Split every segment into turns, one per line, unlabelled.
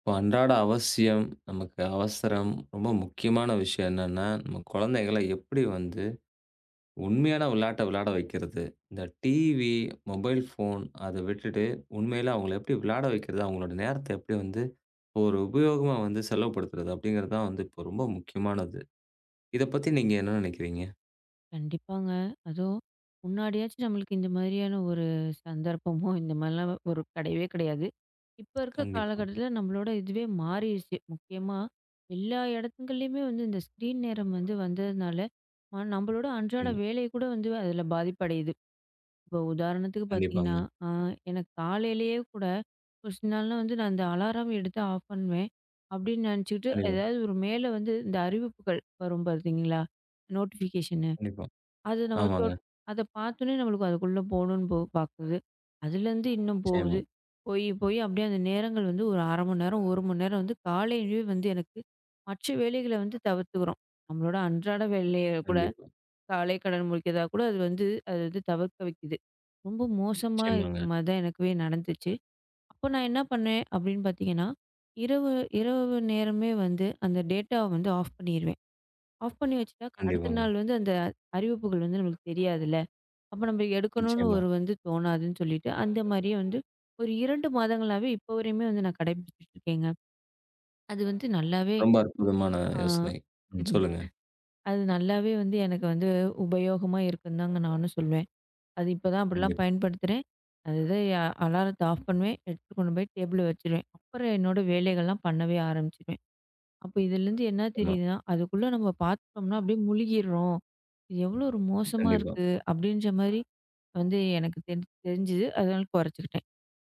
இப்போ அன்றாட அவசியம், நமக்கு அவசரம், ரொம்ப முக்கியமான விஷயம் என்னன்னா, நம்ம குழந்தைகள எப்படி வந்து உண்மையான விளையாட்ட விளையாட வைக்கிறது? இந்த டிவி, மொபைல் ஃபோன் அத விட்டுட்டு உண்மையில அவங்கள எப்படி விளையாட வைக்கிறது? அவங்களோட நேரத்த எப்படி வந்து ஒரு உபயோகமா வந்து செலவுபடுத்துறது? அப்படிங்கிறது தான் வந்து இப்போ ரொம்ப முக்கியமானது. இத பத்தி நீங்க என்ன நினைக்கிறீங்க?
கண்டிப்பாங்க. அதுவும் முன்னாடியாச்சும் நம்மளுக்கு இந்த மாதிரியான ஒரு சந்தர்ப்பமோ, இந்த மாதிரிலாம் ஒரு கிடையவே கிடையாது. இப்ப இருக்க
கண்டிப்பா.
காலகட்டத்தில நம்மளோட இதுவே மாறிருச்சு. முக்கியமா எல்லா இடத்துங்கள்லயுமே வந்து இந்த ஸ்க்ரீன் நேரம் வந்து வந்ததுனால, நம்மளோட அன்றாட
நிச்சயமா.
வேலை கூட வந்து அதில பாதிப்படையுது. இப்போ உதாரணத்துக்கு பார்த்தீங்கன்னா,
கண்டிப்பாங்க.
அ எனக்கு காலையிலேயே கூட ஒரு சில நாள்லாம் வந்து நான் இந்த அலாரம் எடுத்து ஆஃப் பண்ணுவேன். அப்படின்னு நினச்சுக்கிட்டு,
கண்டிப்பா,
ஏதாவது ஒரு மேல வந்து இந்த அறிவிப்புகள் வரும் பார்த்தீங்களா? நோட்டிஃபிகேஷன்.
கண்டிப்பா.
அது நம்ம
ஆமாங்க.
தொட் அத பார்த்தோனே நம்மளுக்கு அதுக்குள்ள போணும்னு போ பாக்குது. அதுலேருந்து இன்னும் போகுது.
நிச்சயமா.
போய் போய் அப்படியே அந்த நேரங்கள் வந்து ஒரு 1/2 மணி நேரம், 1 மணி நேரம் வந்து காலையிலேயே வந்து எனக்கு மற்ற வேலைகள வந்து தவிர்த்துக்கிறோம். நம்மளோட அன்றாட வேலைய கூட
கண்டிப்பா.
காலை கடன் முடிக்கிறதா கூட அது வந்து தவிர்க்க வைக்குது. ரொம்ப மோசமா
நிச்சயமாங்க.
இருக்க மாரி தான் எனக்குவே நடந்துச்சு. அப்போ நான் என்ன பண்ணேன் அப்படின்னு பார்த்தீங்கன்னா, இரவு இரவு நேரமே வந்து அந்த டேட்டாவ வந்து ஆஃப் பண்ணிருவேன். ஆஃப் பண்ணி வச்சுட்டா அடுத்த
கண்டிப்பாங்க.
நாள் வந்து அந்த அறிவிப்புகள் வந்து நம்மளுக்கு தெரியாதுல்ல. அப்ப நம்ம எடுக்கணும்னு
நிச்சயமா.
ஒரு வந்து தோணாதுன்னு சொல்லிட்டு, அந்த மாரியே வந்து ஒரு 2 மாதங்களாவே இப்போ வரையுமே வந்து நான் கடைபிடிச்சுட்டு இருக்கேங்க. அது வந்து நல்லாவே.
ரொம்ப அற்புதமான
ஆ.
யோசனை. ம்.
ம்ஹ்ம்.
சொல்லுங்க.
அது நல்லாவே வந்து எனக்கு வந்து உபயோகமா இருக்குன்னு தாங்க நானும் சொல்வேன். அது இப்போ தான் அப்படிலாம்
கண்டிப்பா.
பயன்படுத்துறேன். அதுதான் எ அலாரத்த ஆஃப் பண்ணுவேன். எடுத்துட்டு கொண்டு போய் டேபிள்ல வச்சுருவேன். அப்புறம் என்னோட வேலைகள்லாம் பண்ணவே ஆரம்பிச்சுருவேன். அப்போ இதுலேருந்து என்ன
நிச்சயமா.
தெரியுதுன்னா, அதுக்குள்ள நம்ம பார்த்துட்டோம்னா அப்படியே முழுகிடுறோம். இது எவ்வளோ ஒரு மோசமா
கண்டிப்பா,
இருக்கு! அப்படின்ற மாரி வந்து எனக்கு தெரிஞ்சுது. அதனால குறைச்சுக்கிட்டேன்.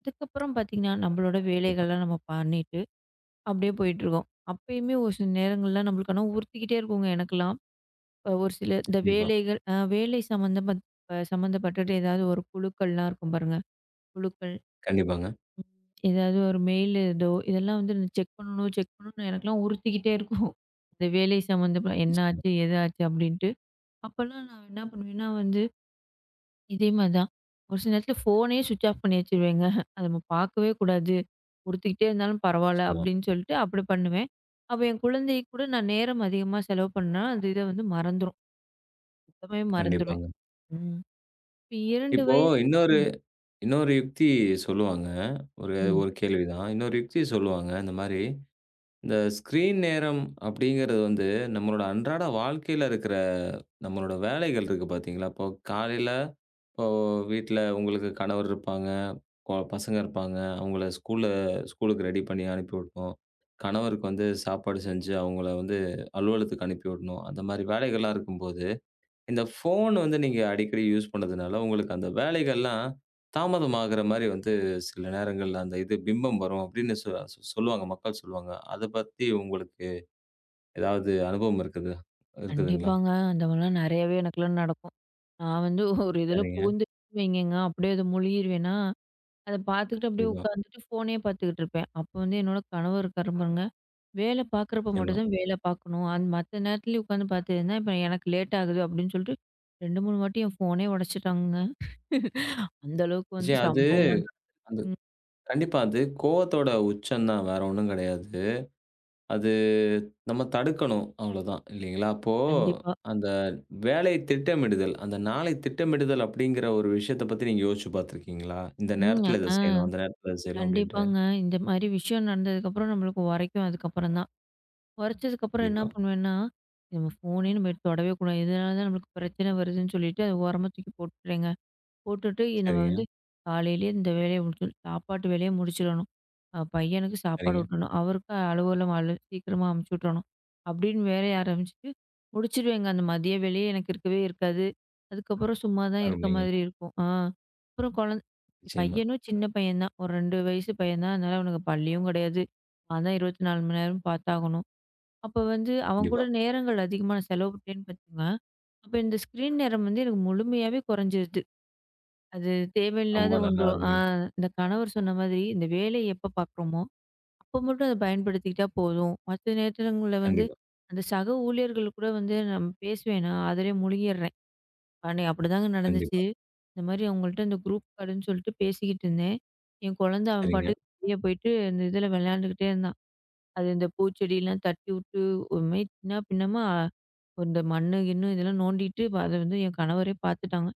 அதுக்கப்புறம் பார்த்தீங்கன்னா, நம்மளோட
கண்டிப்பா,
வேலைகள்லாம் நம்ம பண்ணிட்டு, அப்படியே போயிட்டுருக்கோம். அப்பயுமே ஒரு சில நேரங்கள்ல நம்மளுக்கு ஆனா உறுத்திக்கிட்டே இருக்குங்க எனக்கெல்லாம். ஒரு சில இந்த
கண்டிப்பா,
வேலைகள் அ வேலை சம்மந்தப்பட் அ சம்மந்தப்பட்டுட்டு ஏதாவது ஒரு குழுக்கள்லாம் இருக்கும் பாருங்க. குழுக்கள்.
கண்டிப்பாங்க.
ம் ஏதாவது ஒரு மெயில் ஏதோ இதெல்லாம் வந்து செக் பண்ணணும், செக் பண்ணணும்னு எனக்கெல்லாம் உறுத்திக்கிட்டே இருக்கும். இந்த வேலை சம்மந்தப்ப என்ன
நிச்சயமா,
ஆச்சு? ஏதாச்சு? அப்படின்ட்டு. அப்பல்லாம் நான் என்ன பண்ணுவேன்னா வந்து இதே மாரி தான். ஒரு சில நேரத்துல ஃபோனே ஸ்விட்ச் ஆஃப் பண்ணி வச்சுருவேங்க. அத நம்ம பார்க்கவே கூடாது. கொடுத்துக்கிட்டே இருந்தாலும் பரவால்ல
நிச்சயமா.
அப்படின்னு சொல்லிட்டு அப்படி பண்ணுவேன். அப்ப என் குழந்தை கூட நான் நேரம் அதிகமா செலவு பண்ணா, அந்த இத வந்து மறந்துரும். சுத்தமாவே மறந்துருவேன்.
கண்டிப்பாங்க.
ம். இப்ப 2
இப்போ
வய.
இன்னொரு
ம்.
இன்னொரு யுக்தி சொல்லுவாங்க. ஒரு
ம்.
ஒரு கேள்வி தான். இன்னொரு யுக்தி சொல்லுவாங்க. இந்த மாரி இந்த ஸ்க்ரீன் நேரம் அப்படிங்கிறது வந்து, நம்மளோட அன்றாட வாழ்க்கையில இருக்கிற நம்மளோட வேலைகள் இருக்கு பார்த்தீங்களா? இப்போ காலையில இப்போ வீட்ல உங்களுக்கு கணவர் இருப்பாங்க, பசங்க இருப்பாங்க. அவங்கள ஸ்கூலுக்கு ரெடி பண்ணி அனுப்பி விடணும். கணவருக்கு வந்து சாப்பாடு செஞ்சு, அவங்கள வந்து அலுவலகத்துக்கு அனுப்பி விடணும். அந்த மாரி வேலைகள்லாம் இருக்கும்போது, இந்த ஃபோன் வந்து நீங்க அடிக்கடி யூஸ் பண்ணதுனால, உங்களுக்கு அந்த வேலைகள்லாம் தாமதமாகுற மாரி வந்து சில நேரங்கள்ல அந்த இது பிம்பம் வரும் அப்படின்னு சொ சொ- சொல்லுவாங்க. மக்கள் சொல்லுவாங்க. அத பத்தி உங்களுக்கு ஏதாவது அனுபவம் இருக்குதுங்களா?
கண்டிப்பாங்க. அந்த மாரிலாம் நெறையவே எனக்கெல்லாம் நடக்கும். நான் வந்து ஒரு இதுல
சரிங்க.
புகுந்துட்டேன்னு வைங்கங்க, அப்படியே அது முழுகிருவேனா அத பார்த்துக்கிட்டு அப்படியே
கண்டிப்பா.
உட்காந்துட்டு ஃபோனே பார்த்துக்கிட்டு இருப்பேன். அப்ப வந்து என்னோட கணவர் இருக்காரு பாருங்க, வேலை பார்க்குறப்ப மட்டும்
நிச்சயமா.
தான் வேலை பார்க்கணும். மத்த நேரத்துலயும் உட்காந்து பார்த்ததுன்னா, இப்ப எனக்கு லேட் ஆகுது அப்படின்னு சொல்லிட்டு 2, 3 வாட்டி என் ஃபோனே உடைச்சுட்டாங்கங்க. அந்த அளவுக்கு வந்து
நிச்சயம் அது
சம்பவம்லாம்
அது
நடக்கும்.
கண்டிப்பா அது கோவத்தோட உச்சம் தான். வேற ஒண்ணும் கிடையாது. அது நம்ம தடுக்கணும் அவ்வளோதான் இல்லைங்களா? அப்போ
கண்டிப்பா.
அந்த வேலை திட்டமிடுதல், அந்த நாளை திட்டமிடுதல் அப்படிங்கிற ஒரு விஷயத்த பத்தி நீங்க யோசிச்சு பார்த்துருக்கீங்களா? இந்த
ம்.
நேரத்தில இத
ஆ.
செய்யணும், அந்த நேரத்தில இத செய்யணும் அப்படின்ட்டு.
கண்டிப்பாங்க. இந்த மாரி விஷயம் நடந்ததுக்கப்புறம் நம்மளுக்கு உரைக்கும் அதுக்கப்புறம் தான். உரைச்சதுக்கப்புறம் என்ன
கண்டிப்பா.
பண்ணுவேன்னா, நம்ம ஃபோனே நம்ம எடுத்து தொடவே கூடாது. இதனால தான் நம்மளுக்கு பிரச்சனை வருதுன்னு சொல்லிட்டு அத ஓரமா தூக்கி போட்டுறேங்க. நம்ம
சரிங்க,
வந்து காலையிலேயே இந்த வேலையை முடிச்சு சாப்பாட்டு வேலையை முடிச்சிடணும். பையனுக்கு சாப்பாடு
சரிங்க.
ஊட்டணும். அவருக்கு அலுவலம் அலு சீக்கிரமா அமுச்சு விட்டணும். அப்படின்னு வேலையை ஆரம்பிச்சுட்டு முடிச்சிருவேங்க. அந்த மதிய வேலையே எனக்கு இருக்கவே இருக்காது. அதுக்கப்புறம் சும்மா தான் இருக்க
அருமைங்க.
மாதிரி இருக்கும். அப்புறம்
நிச்சயமா.
பையனும் சின்ன பையன் தான். ஒரு 2 வயசு பையன் தான். அதனால அவனுக்கு பள்ளியும் கிடையாது. நான் தான் 24 மணி நேரம் பார்த்தாகணும். அப்போ வந்து அவன் கூட
கண்டிப்பா.
நேரங்கள் அதிகமாக நான் செலவிட்டேன்னு பார்த்துங்க. அப்போ இந்த ஸ்க்ரீன் நேரம் வந்து எனக்கு முழுமையாவே குறைஞ்சிருது. அது
ரொம்ப
தேவையில்லாத ஒன்று.
நல்லா அருமைங்க.
இந்த கணவர் சொன்ன மாதிரி, இந்த வேலைய எப்ப பார்க்குறோமோ, அப்போ மட்டும் அத பயன்படுத்திக்கிட்டா போதும். மத்த நேரத்துங்கள்ல வந்து,
கண்டிப்பா,
அந்த சக ஊழியர்கள் கூட வந்து நான் பேசுவேனா, அதிலயே முழுகிடுறேன். அன்னை அப்படிதாங்க நடந்துச்சு.
கண்டிப்பா.
இந்த மாரி அவங்கள்ட்ட இந்த குரூப் கார்டுன்னு சொல்லிட்டு பேசிக்கிட்டு இருந்தேன். என் அவன்
சரிங்க,
பாட்டுக்கு வெளிய போயிட்டு, இந்த இதில விளையாண்டுக்கிட்டே இருந்தான். அது இந்த பூச்செடிலாம் தட்டி விட்டு, ஒரு மாரி சின்னா பின்னமா, இந்த மண்ணு, கிண்ணு இதெல்லாம் நோண்டிட்டு, அத வந்து என் கணவரே பார்த்துட்டாங்க.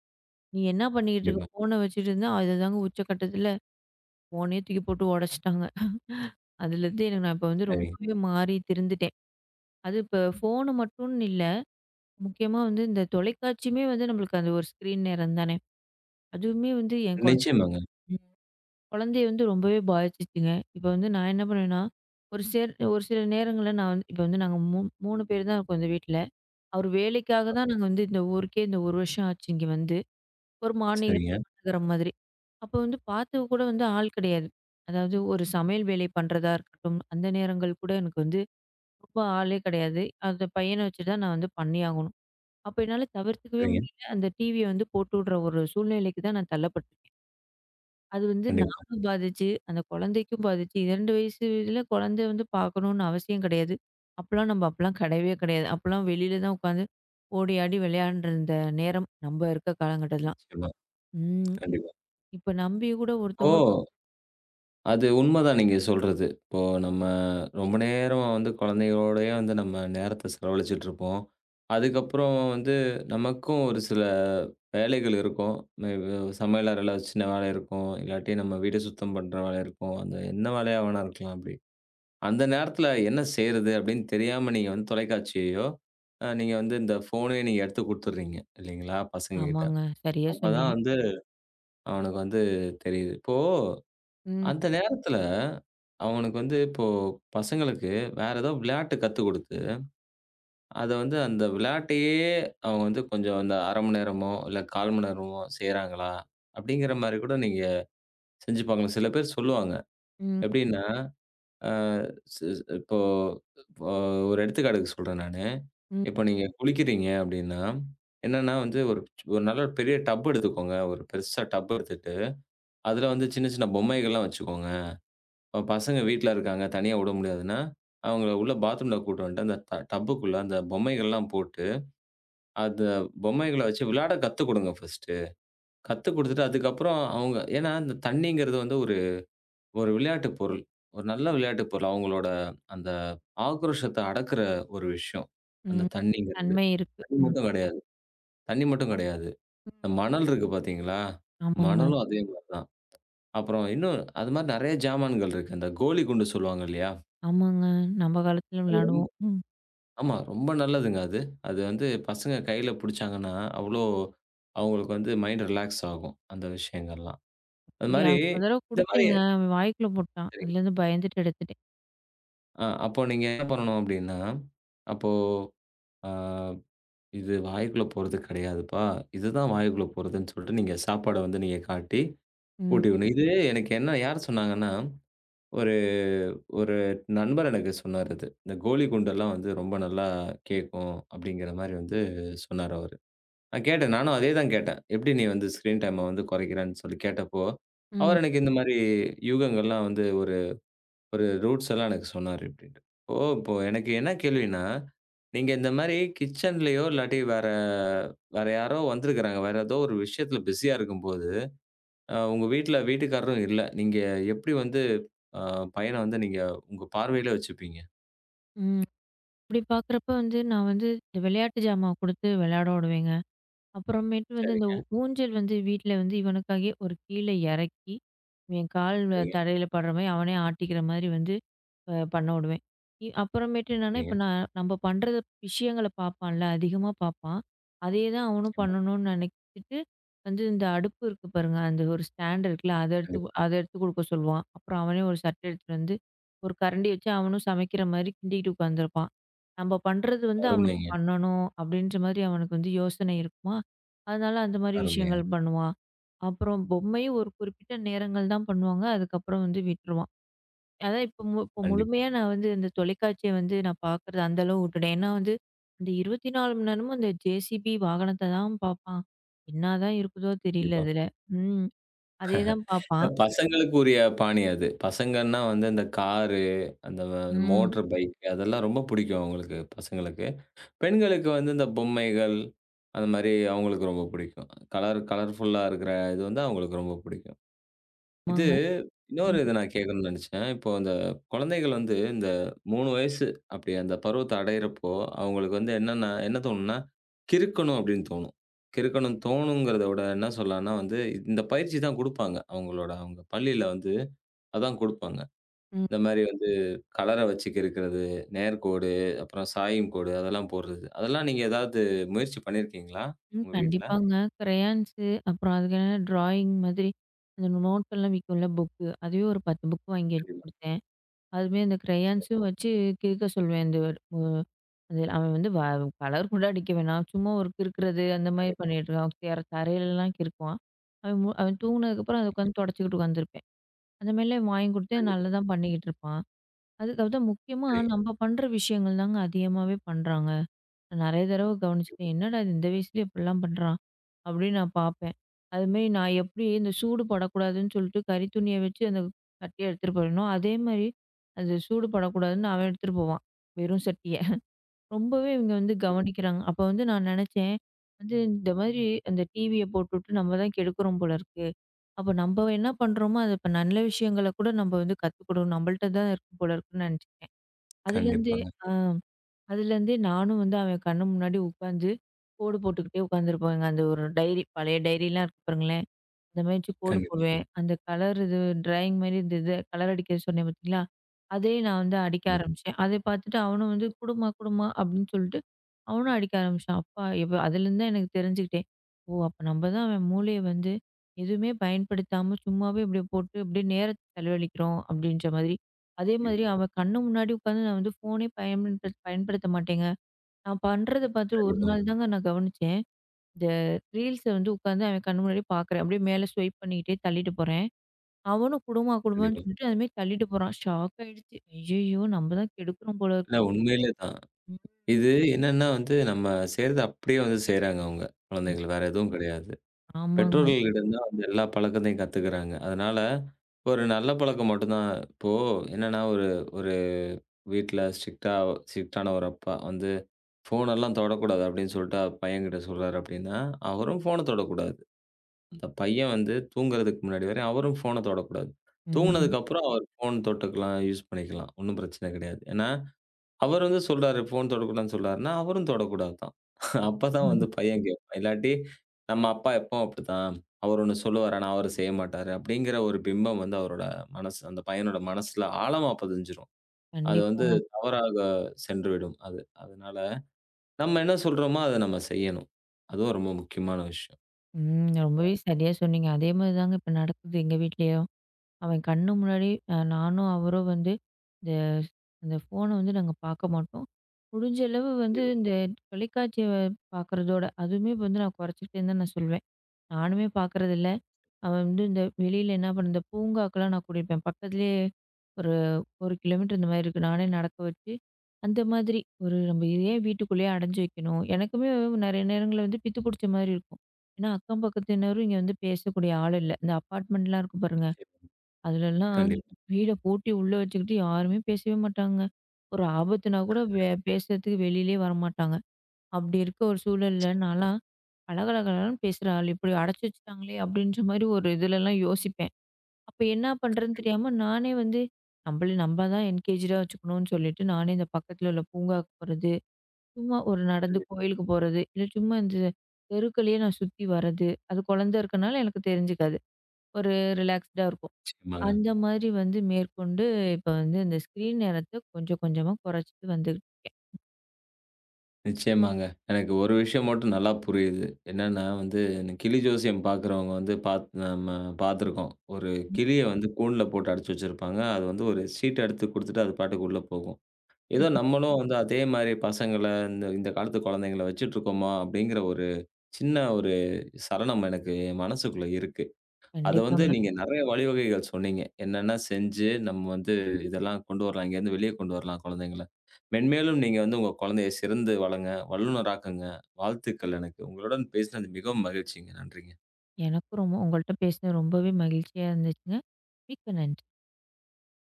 நீ என்ன பண்ணிக்கிட்டு இருக்க?
கண்டிப்பா.
ஃபோன வச்சுட்டு இருந்தா, அதுதாங்க உச்சக்கட்டத்தில ஃபோனே தூக்கி போட்டு உடைச்சுட்டாங்க. அதுலேருந்து எனக்கு நான் இப்ப வந்து
சரிங்க.
ரொம்பவே மாறி திருந்துட்டேன். அது இப்ப ஃபோனு மட்டும்னு இல்ல. முக்கியமா வந்து இந்த தொலைக்காட்சியுமே வந்து நம்மளுக்கு அந்த ஒரு ஸ்க்ரீன் நேரம் தானே. அதுவுமே வந்து என் குழ
நிச்சயமாங்க.
ம். குழந்தைய வந்து ரொம்பவே பாதிச்சுச்சுங்க. இப்ப வந்து நான் என்ன பண்ணுவேன்னா, ஒரு சில நேரங்கள்ல நான் வந்து இப்ப வந்து நாங்க 3 பேர் தான் இருக்கோம் இந்த வீட்ல. அவரு வேலைக்காக தான் நாங்க வந்து இந்த ஊருக்கே இந்த 1 வருஷம் ஆச்சு இங்க வந்து. ஒரு
சரிங்க,
மாநகரம் மாதிரி. அப்போ வந்து பார்த்து கூட வந்து ஆள் கிடையாது. அதாவது ஒரு சமையல் வேலை பண்றதா இருக்கட்டும், அந்த நேரங்கள் கூட எனக்கு வந்து ரொம்ப ஆளே கிடையாது. அந்த பையன வச்சு தான் நான் வந்து பண்ணியாகணும். அப்ப என்னால தவிர்த்துக்கவே
சரிங்க.
முடியல. அந்த டிவிய வந்து போட்டு விடுற ஒரு சூழ்நிலைக்கு தான் நான் தள்ளப்பட்டுருக்கேன். அது வந்து
கண்டிப்பா,
நானும் பாதிச்சு, அந்த குழந்தைக்கும் பாதிச்சு. 2 வயசுல குழந்தை வந்து பார்க்கணும்னு அவசியம் கிடையாது. நம்ம அப்பலாம் கிடையவே கிடையாது. அப்பலாம் வெளியில தான் உட்காந்து ஓடி ஆடி விளையாண்டுருந்த நேரம், நம்ம இருக்க காலகட்டத்தில.
நிச்சயமா.
ம்.
கண்டிப்பா.
இப்ப நம்பி கூட
ஓ!
ஒருத்தவங்க.
அது உண்மதான் நீங்க சொல்றது. இப்போ நம்ம ரொம்ப நேரம் வந்து குழந்தைகளோடயே வந்து நம்ம நேரத்த செலவழிச்சிட்டுருப்போம். அதுக்கப்புறம் வந்து நமக்கும் ஒரு சில வேலைகள் இருக்கும். மே சமையல் அறையில சின்ன வேலை இருக்கும். இல்லாட்டி நம்ம வீடு சுத்தம் பண்ற வேலை இருக்கும். அந்த என்ன வேலையா வேணா இருக்கலாம் அப்படி. அந்த நேரத்தில என்ன செய்றது அப்படின்னு தெரியாம நீங்க வந்து தொலைக்காட்சியையோ, நீங்க வந்து இந்த ஃபோனையோ நீங்க எடுத்து குடுத்துடுறீங்க இல்லைங்களா? பசங்ககிட்ட.
ஆமாங்க. சரியா
அப்பதான்
சொன்னீங்க.
வந்து அவனுக்கு வந்து தெரியுது. இப்போ
ம்.
அந்த நேரத்துல, அவனுக்கு வந்து இப்போ பசங்களுக்கு வேற ஏதோ விளையாட்டு கத்துக் குடுத்து, அத வந்து அந்த விளையாட்டையே அவங்க வந்து கொஞ்சம் அந்த 1/2 மணி நேரமோ, இல்ல 1/4 மணி நேரமோ செய்றாங்களா? அப்படிங்கிற மாரி கூட நீங்க செஞ்சு பார்க்கலாம். சில பேர் சொல்லுவாங்க.
ம்.
எப்படின்னா, அ ஸ் இப்போ இப்போ ஒரு எடுத்துக்காட்டுக்கு சொல்றேன் நானு.
ம்.
இப்போ நீங்க குளிக்கிறீங்க அப்படின்னா, என்னன்னா வந்து ஒரு ஒரு நல்ல பெரிய டப் எடுத்துக்கோங்க. ஒரு பெருசா டப் எடுத்துட்டு, அதுல வந்து சின்ன சின்ன பொம்மைகள்லாம் வச்சுக்கோங்க. அவன் பசங்க வீட்ல இருக்காங்க, தனியா விட முடியாதுன்னா, அவங்கள உள்ள பாத்ரூம்ல கூட்டு வந்துட்டு, அந்த டப்புக்குள்ள அந்த பொம்மைகள்லாம் போட்டு, அந்த பொம்மைகள வச்சு விளையாட கத்துக் குடுங்க ஃபர்ஸ்ட்டு. கத்துக் குடுத்துட்டு அதுக்கப்புறம் அவங்க ஏன்னா இந்த தண்ணீங்கிறது வந்து ஒரு ஒரு விளையாட்டு பொருள். ஒரு நல்ல விளையாட்டு பொருள். அவங்களோட அந்த ஆக்ரோஷத்த அடக்குற ஒரு விஷயம். அந்த
ம்.
தண்ணீங்கிறது.
தன்மை இருக்கு.
தண்ணி
ம்.
மட்டும் கிடையாது. தண்ணி மட்டும் கிடையாது. இந்த மணல் இருக்கு பார்த்தீங்களா?
ஆமாங்க,
மணலும் அதே மாரி தான். அப்புறம் இன்னும் அது மாரி நெறைய ஜாமான்கள் இருக்கு. இந்த கோலி குண்டு சொல்லுவாங்க இல்லையா?
ஆமாங்க. நம்ம காலத்துல விளையாடுவோம். ம்.
ஆமா. ரொம்ப நல்லதுங்க அது. அது வந்து பசங்க கையில புடிச்சாங்கன்னா, அவ்ளோ அவங்களுக்கு வந்து மைண்ட் ரிலாக்ஸ் ஆகும். அந்த விஷயங்கள்லாம். அது
அப்படியா
மாரி
ஒரு தடவ
இந்த மாரி
குடுத்தேங்க. அவன் வாய்க்குள்ள போட்டான்.
சரிங்க.
அதுலேருந்து பயந்துட்டு எடுத்துட்டேன்.
அப்போ நீங்க என்ன பண்ணணும் அப்டின்னா, அப்போ ஆ "இது வாய்க்குள்ள போறது கிடையாதுப்பா. இதுதான் வாய்க்குள்ள போறதுன்னு" சொல்லிட்டு நீங்க சாப்பாட வந்து நீங்க காட்டி
ம்.
ஊட்டி விடணும். இது எனக்கு என்ன யார் சொன்னாங்கன்னா, ஒரு ஒரு நண்பர் எனக்கு சொன்னாரு இது. இந்த கோலி குண்டெல்லாம் வந்து ரொம்ப நல்லா கேட்கும். அப்டிங்கிற மாரி வந்து சொன்னாரு அவரு. நான் கேட்டேன். நானும் அதே தான் கேட்டேன். "எப்படி நீ வந்து ஸ்க்ரீன் டைம வந்து குறைக்கிறேன்னு?" சொல்லி கேட்டப்போ,
ம்.
அவர் எனக்கு இந்த மாரி யூகங்கள்லாம் வந்து ஒரு ஒரு ரூட்ஸ் எல்லாம் எனக்கு சொன்னாரு அப்டின்ட்டு. ஓ! இப்போ எனக்கு என்ன கேள்வின்னா, நீங்க இந்த மாரி கிட்சன்லயோ இல்லாட்டி வேற வேற யாரோ வந்திருக்கிறாங்க. வேற ஏதோ ஒரு விஷயத்துல பிஸியா இருக்கும்போது, உங்க வீட்ல வீட்டுக்காரரும் இல்ல. நீங்க எப்படி வந்து அ பையன வந்து நீங்க உங்க பார்வையில வச்சுப்பீங்க?
ம். இப்படி பார்க்குறப்ப வந்து நான் வந்து இந்த விளையாட்டு ஜாமான் குடுத்து விளையாட விடுவேங்க. அப்புறமேட்டு வந்து இந்த
சரிங்க,
ஊஞ்சல் வந்து வீட்ல வந்து இவனுக்காகவே ஒரு கீழ இறக்கி, இவன் கால் வ
சரிங்க,
தரையில படுற மாரி அவனே ஆட்டிக்கிற மாரி வந்து பண்ண விடுவேன். அப்புறமேட்டு என்னன்னா, இப்ப
சரிங்க.
நான் நம்ம பண்றது விஷயங்கள பார்ப்பான்ல, அதிகமா பார்ப்பான். அதே தான் அவனும்
நிச்சயமா.
பண்ணணும்னு நினைச்சிட்டு, வந்து இந்த அடுப்பு இருக்கு பாருங்க, அந்த ஒரு ஸ்டாண்ட் இருக்குல்ல,
கண்டிப்பா.
அத எடுத்து குடுக்க சொல்லுவான். அப்புறம் அவனே ஒரு சட்டை எடுத்துட்டு வந்து, ஒரு கரண்டி வச்சு அவனும் சமைக்கிற மாரி கிண்டிக்கிட்டு உட்காந்துருப்பான். நம்ம பண்றது வந்து அவனுக்கு
அருமைங்க,
பண்ணணும் அப்படின்ற மாதிரி அவனுக்கு வந்து யோசனை இருக்குமா, அதனால அந்த மாதிரி விஷயங்கள்
அருமைங்க.
பண்ணுவான். அப்புறம் பொம்மையும் ஒரு குறிப்பிட்ட நேரங்கள் தான் பண்ணுவாங்க. அதுக்கப்புறம் வந்து விட்டுருவான். அதான் இப்ப மு இப்ப
கண்டிப்பா,
முழுமையா நான் வந்து இந்த தொலைக்காட்சிய வந்து நான் பார்க்குறது அந்த அளவு விட்டுட்டேன். ஏன்னா வந்து, அந்த 24 மணி நேரமும் அந்த ஜேசிபி வாகனத்த தான் பார்ப்பான். என்னாதான் இருக்குதோ தெரியல
கண்டிப்பா.
அதுல. ம். அதே தான்
இல்ல
பார்ப்பான்.
பசங்களுக்கு உரிய பாணி அது. பசங்கன்னா வந்து அந்த காரு, அந்த
ம்.
மோட்டார் பைக் அதெல்லாம் ரொம்ப பிடிக்கும் அவங்களுக்கு, பசங்களுக்கு. பெண்களுக்கு வந்து இந்த பொம்மைகள், அந்த மாரி அவங்களுக்கு ரொம்ப பிடிக்கும். கலர் கலர்ஃபுல்லா இருக்கிற இது வந்து அவங்களுக்கு ரொம்ப பிடிக்கும். இது
ஆமாங்க.
இன்னொரு
ம்.
இது நான் கேட்கணும்னு நெனச்சேன். இப்போ இந்த குழந்தைகள் வந்து இந்த 3 வயசு அப்படி அந்த பருவத்த அடையிறப்போ, அவங்களுக்கு வந்து என்னன்னா என்ன தோணும்னா, கிறுக்கணும் அப்படின்னு தோணும். கிறுக்கணும் தோணுங்கிறத விட என்ன சொல்லலாம்னா வந்து, இந்த பயிற்சி தான் குடுப்பாங்க. அவங்களோட அவங்க பள்ளியில வந்து அதான் குடுப்பாங்க. இந்த
ம்.
மாரி வந்து கலர வச்சுக்க இருக்கிறது, நேர்கோடு, அப்புறம் சாயும் கோடு அதெல்லாம் போடுறது. அதெல்லாம் நீங்க ஏதாவது முயற்சி பண்ணியிருக்கீங்களா?
ம்.
உங்க வீட்ல?
கண்டிப்பாங்க. கிரையான்ஸு அப்புறம் அதுக்கு என்னன்னா ட்ராயிங் மாதிரி அந்த நோட்டெல்லாம் விக்கும்ல புக்கு. அதுவே ஒரு 10 புக் வாங்கி வச்சு
கண்டிப்பா.
குடுத்தேன். அதுமாரி அந்த
சரி.
கிரையான்ஸும் வச்சு கிறுக்க சொல்வேன். இந்த ஒ அது அவன் வந்து வ கலர் கூட அடிக்க வேணாம். சும்மா ஒரு கிறுக்குறது அந்த மாரி
கண்டிப்பா.
பண்ணிட்டு இருக்கான். தரையிலலாம் கிறுக்குவான். அவன் தூங்குனதுக்கப்புறம் அத உட்காந்து தொடச்சிக்கிட்டு உட்காந்துருப்பேன். அந்த மாரிலாம் வாங்கி கொடுத்து நல்லா
கண்டிப்பா.
தான் பண்ணிக்கிட்டு இருப்பான். அதுக்கு தான் முக்கியமா
சரிங்க.
நம்ம பண்ற விஷயங்கள் தாங்க அதிகமாவே பண்றாங்க. நெறைய தடவ
கண்டிப்பா.
கவனிச்சுட்டேன். என்னடா இது இந்த வயசுலயே இப்படிலாம் பண்றான்? அப்படின்னு நான் பார்ப்பேன். அதுமாரி நான் எப்படி இந்த சூடு படக்கூடாதுன்னு சொல்லிட்டு கறி துணிய வச்சு அந்த சட்டிய எடுத்துட்டு போயிடணும். அதேமாரி அது சூடு படக்கூடாதுன்னு அவன் எடுத்துட்டு போவான். வெறும் சட்டிய. ரொம்பவே இவங்க வந்து கவனிக்கிறாங்க. அப்ப வந்து நான் நெனச்சேன், வந்து இந்த மாதிரி அந்த டிவிய போட்டுட்டு நம்ம தான் கெடுக்குறோம் போல இருக்கு. அப்ப நம்ம என்ன பண்றோமோ, அது இப்ப நல்ல விஷயங்கள கூட நம்ம வந்து கத்துக்கணும். நம்மள்ட்ட தான் இருக்கு போல இருக்குன்னு நெனச்சுக்கிட்டேன். அதுலேருந்து
கண்டிப்பாங்க.
ஆ. அதுலேருந்தே நானும் வந்து அவன் கண்ணு முன்னாடி உட்காந்து கோடு போட்டுக்கிட்டே உட்காந்துருப்பேங்க. அந்த ஒரு டைரி பழைய டைரிலாம் இருக்கு பாருங்களேன். இந்த மாரி வச்சு கோடு
கண்டிப்பா.
போடுவேன். அந்த கலர் இது ட்ராயிங் மாரி இந்த கலர் அடிக்க சொன்னேன் பார்த்தீங்களா? அதே நான் வந்து அடிக்க
நிச்சயமா.
ஆரம்பிச்சேன். அதை பார்த்துட்டு அவனும் வந்து குடும்மா, குடும்மா அப்படின்னு சொல்லிட்டு அவனும் அடிக்க ஆரம்பிச்சான். அப்பா எப்ப அதுலேருந்து தான் எனக்கு தெரிஞ்சுக்கிட்டேன். ஓ! அப்ப நம்ம தான் அவன் மூளைய வந்து எதுவுமே பயன்படுத்தாம சும்மாவே இப்படி போட்டு அப்படியே நேரத்த செலவழிக்கிறோம் அப்படின்ற மாதிரி. அதே மாதிரி
கண்டிப்பா.
அவன் கண்ணு முன்னாடி உட்காந்து நான் வந்து ஃபோனே பயன்படுத்த பயன்படுத்த மாட்டேங்க. நான் பண்றத பார்த்து ஒரு
கண்டிப்பாங்க.
நாள் தாங்க நான் கவனிச்சேன். இந்த ரீல்ஸ வந்து உட்காந்து அவன் கண்ணு முன்னாடியே பார்க்குறேன். அப்படியே மேல ஸ்வைப் பண்ணிக்கிட்டே தள்ளிட்டு போறேன். அவனும் குடும்பமா குடும்பமான்னு
கண்டிப்பா.
சொல்லிட்டு அது மாரி தள்ளிட்டு போறான். ஷாக் ஆயிடுச்சு. ஐயய்யோ! நம்ம தான் கெடுக்குறோம் போல
இல்ல
இருக்கு.
உண்மையிலே தான். இது என்னன்னா வந்து நம்ம செய்றத அப்படியே வந்து செய்றாங்க அவங்க.
ம்.
குழந்தைகள் வேற எதுவும் கிடையாது.
ஆமாங்க.
பெற்றோர்களிடம் தான் வந்து எல்லா பழக்கத்தையும் கத்துக்கிறாங்க. அதனால ஒரு நல்ல பழக்கம் மட்டும் தான் இப்போ என்னன்னா ஒரு ஒரு வீட்ல ஸ்ட்ரிக்ட்டா ஸ்ட்ரிக்ட்டான ஒரு அப்பா வந்து, "ஃபோனெல்லாம் தொடக்கூடாது" அப்படின்னு சொல்லிட்டு அவ பையன்கிட்ட சொல்றாரு அப்படின்னா, அவரும் ஃபோன தொடக்கூடாது. அந்த பையன் வந்து தூங்குறதுக்கு முன்னாடி வரை அவரும் ஃபோன தொடக்கூடாது.
ம்.
தூங்குனதுக்கு அப்புறம் அவர் ஃபோன் தொட்டுக்கலாம், யூஸ் பண்ணிக்கலாம். ஒண்ணும் பிரச்சனை கிடையாது. ஏன்னா, அவர் வந்து சொல்றாரு, "ஃபோன் தொடக்கூடாதுன்னு" சொல்றாருன்னா, அவரும் தொடக்கூடாது தான். அப்பதான் வந்து பையன் கேட்பான். இல்லாட்டி, "நம்ம அப்பா எப்பவும் அப்படித்தான். அவர் ஒண்ணு சொல்லுவாரு, ஆனா அவரு செய்ய மாட்டாரு" அப்படிங்கிற ஒரு பிம்பம் வந்து அவரோட மனசு அந்த பையனோட மனசுல ஆழமா பதிஞ்சிரும். அது வந்து
கண்டிப்பாங்க.
தவறாக சென்றுவிடும் அது. அதனால நம்ம என்ன சொல்றோமோ, அத நம்ம செய்யணும். அதுவும் ரொம்ப முக்கியமான விஷயம்.
ம். ரொம்பவே சரியா சொன்னீங்க. அதே மாரி தாங்க இப்ப நடக்குது எங்க வீட்லயும். அவன் கண்ணு முன்னாடி நானும் அவரும் வந்து இந்த அந்த ஃபோன வந்து நாங்க பார்க்க மாட்டோம். முடிஞ்ச அளவு வந்து
கண்டிப்பா,
இந்த தொலைக்காட்சிய பார்க்குறதோட அதுவுமே வந்து நான் குறைச்சிக்கிட்டேன்னு தான் நான் சொல்வேன். நானுமே பார்க்குறதில்ல. அவன் வந்து இந்த வெளியில என்ன பண்ண இந்த பூங்காக்கெல்லாம் நான் கூட்டிட்டு போவேன். பக்கத்துலயே ஒரு 1 கிலோமீட்டர் இந்த மாதிரி இருக்கு. நானே நடக்க வச்சு, அந்த மாதிரி ஒரு நம்ம ஏன் வீட்டுக்குள்ளேயே அடைஞ்சு வைக்கணும்? எனக்குமே நெறைய நேரங்கள்ல வந்து பித்து பிடிச்ச மாரி இருக்கும். ஏன்னா அக்கம் பக்கத்தினரும் இங்க வந்து பேசக்கூடிய ஆள் இல்ல. இந்த அப்பார்ட்மெண்ட்லாம் இருக்கு பாருங்க.
நிச்சயமா.
அதுலலாம்
கண்டிப்பா.
வீட பூட்டி உள்ள வச்சுக்கிட்டு யாருமே பேசவே மாட்டாங்க. ஒரு ஆபத்துனா கூட பேசுறதுக்கு வெளியிலயே வரமாட்டாங்க. அப்படி இருக்க ஒரு சூழல்ல நான்லாம் கலகலகலன்னு பேசுற ஆள், இப்படி அடைச்சு வச்சுட்டாங்களே அப்படின்ற மாதிரி ஒரு இதுலலாம் யோசிப்பேன். அப்ப என்ன பண்றதுன்னு தெரியாம நானே வந்து நம்மள நம்ம தான் என்கேஜ்டா வச்சுக்கணும்னு சொல்லிட்டு நானே இந்த பக்கத்துல உள்ள பூங்காவுக்கு போறது, சும்மா ஒரு நடந்து கோயிலுக்கு போறது, இல்ல சும்மா இந்த தெருக்களையே நான் சுத்தி வர்றது. அது குழந்தை இருக்கனால எனக்கு தெரிஞ்சுக்காது. ஒரு ரிலாக்ஸ்டா இருக்கும்.
நிச்சயமாங்க.
அந்த மாதிரி வந்து மேற்கொண்டு இப்ப வந்து இந்த ஸ்க்ரீன் நேரத்த கொஞ்சம் கொஞ்சமா குறைச்சிட்டு வந்துகிட்டேன்.
நிச்சயமாங்க. எனக்கு ஒரு விஷயம் மட்டும் நல்லா புரியுது. என்னன்னா வந்து, இந்த கிளி ஜோசியம் பார்க்குறவங்க வந்து பாத் நம்ம பார்த்துருக்கோம். ஒரு கிளிய வந்து கூண்டுல போட்டு அடைச்சு வச்சிருப்பாங்க. அது வந்து ஒரு சீட் எடுத்து குடுத்துட்டு அது பாட்டுக்கு உள்ள போகும். ஏதோ நம்மளும் வந்து அதே மாரி பசங்கள, இந்த இந்த காலத்து குழந்தைங்கள வச்சுட்டு இருக்கோமா? அப்படிங்கிற ஒரு சின்ன ஒரு சலனம் எனக்கு என் மனசுக்குள்ள இருக்கு. அத வந்து
கண்டிப்பாங்க.
நீங்க நெறைய வழிவகைகள் சொன்னீங்க. என்னென்ன செஞ்சு நம்ம வந்து இதெல்லாம் கொண்டு வரலாம். இங்கேருந்து வெளிய கொண்டு வரலாம் குழந்தைங்கள. மென்மேலும் நீங்க வந்து உங்க குழந்தைய சிறந்து வளங்க. வல்லுனராக்குங்க. வாழ்த்துக்கள் எனக்கு. உங்களுடன் பேசினது மிகவும் மகிழ்ச்சிங்க. நன்றிங்க.
எனக்கும் ரொம்ப உங்கள்ட்ட பேசினது ரொம்பவே மகிழ்ச்சியா இருந்துச்சுங்க. மிக்க நன்றி.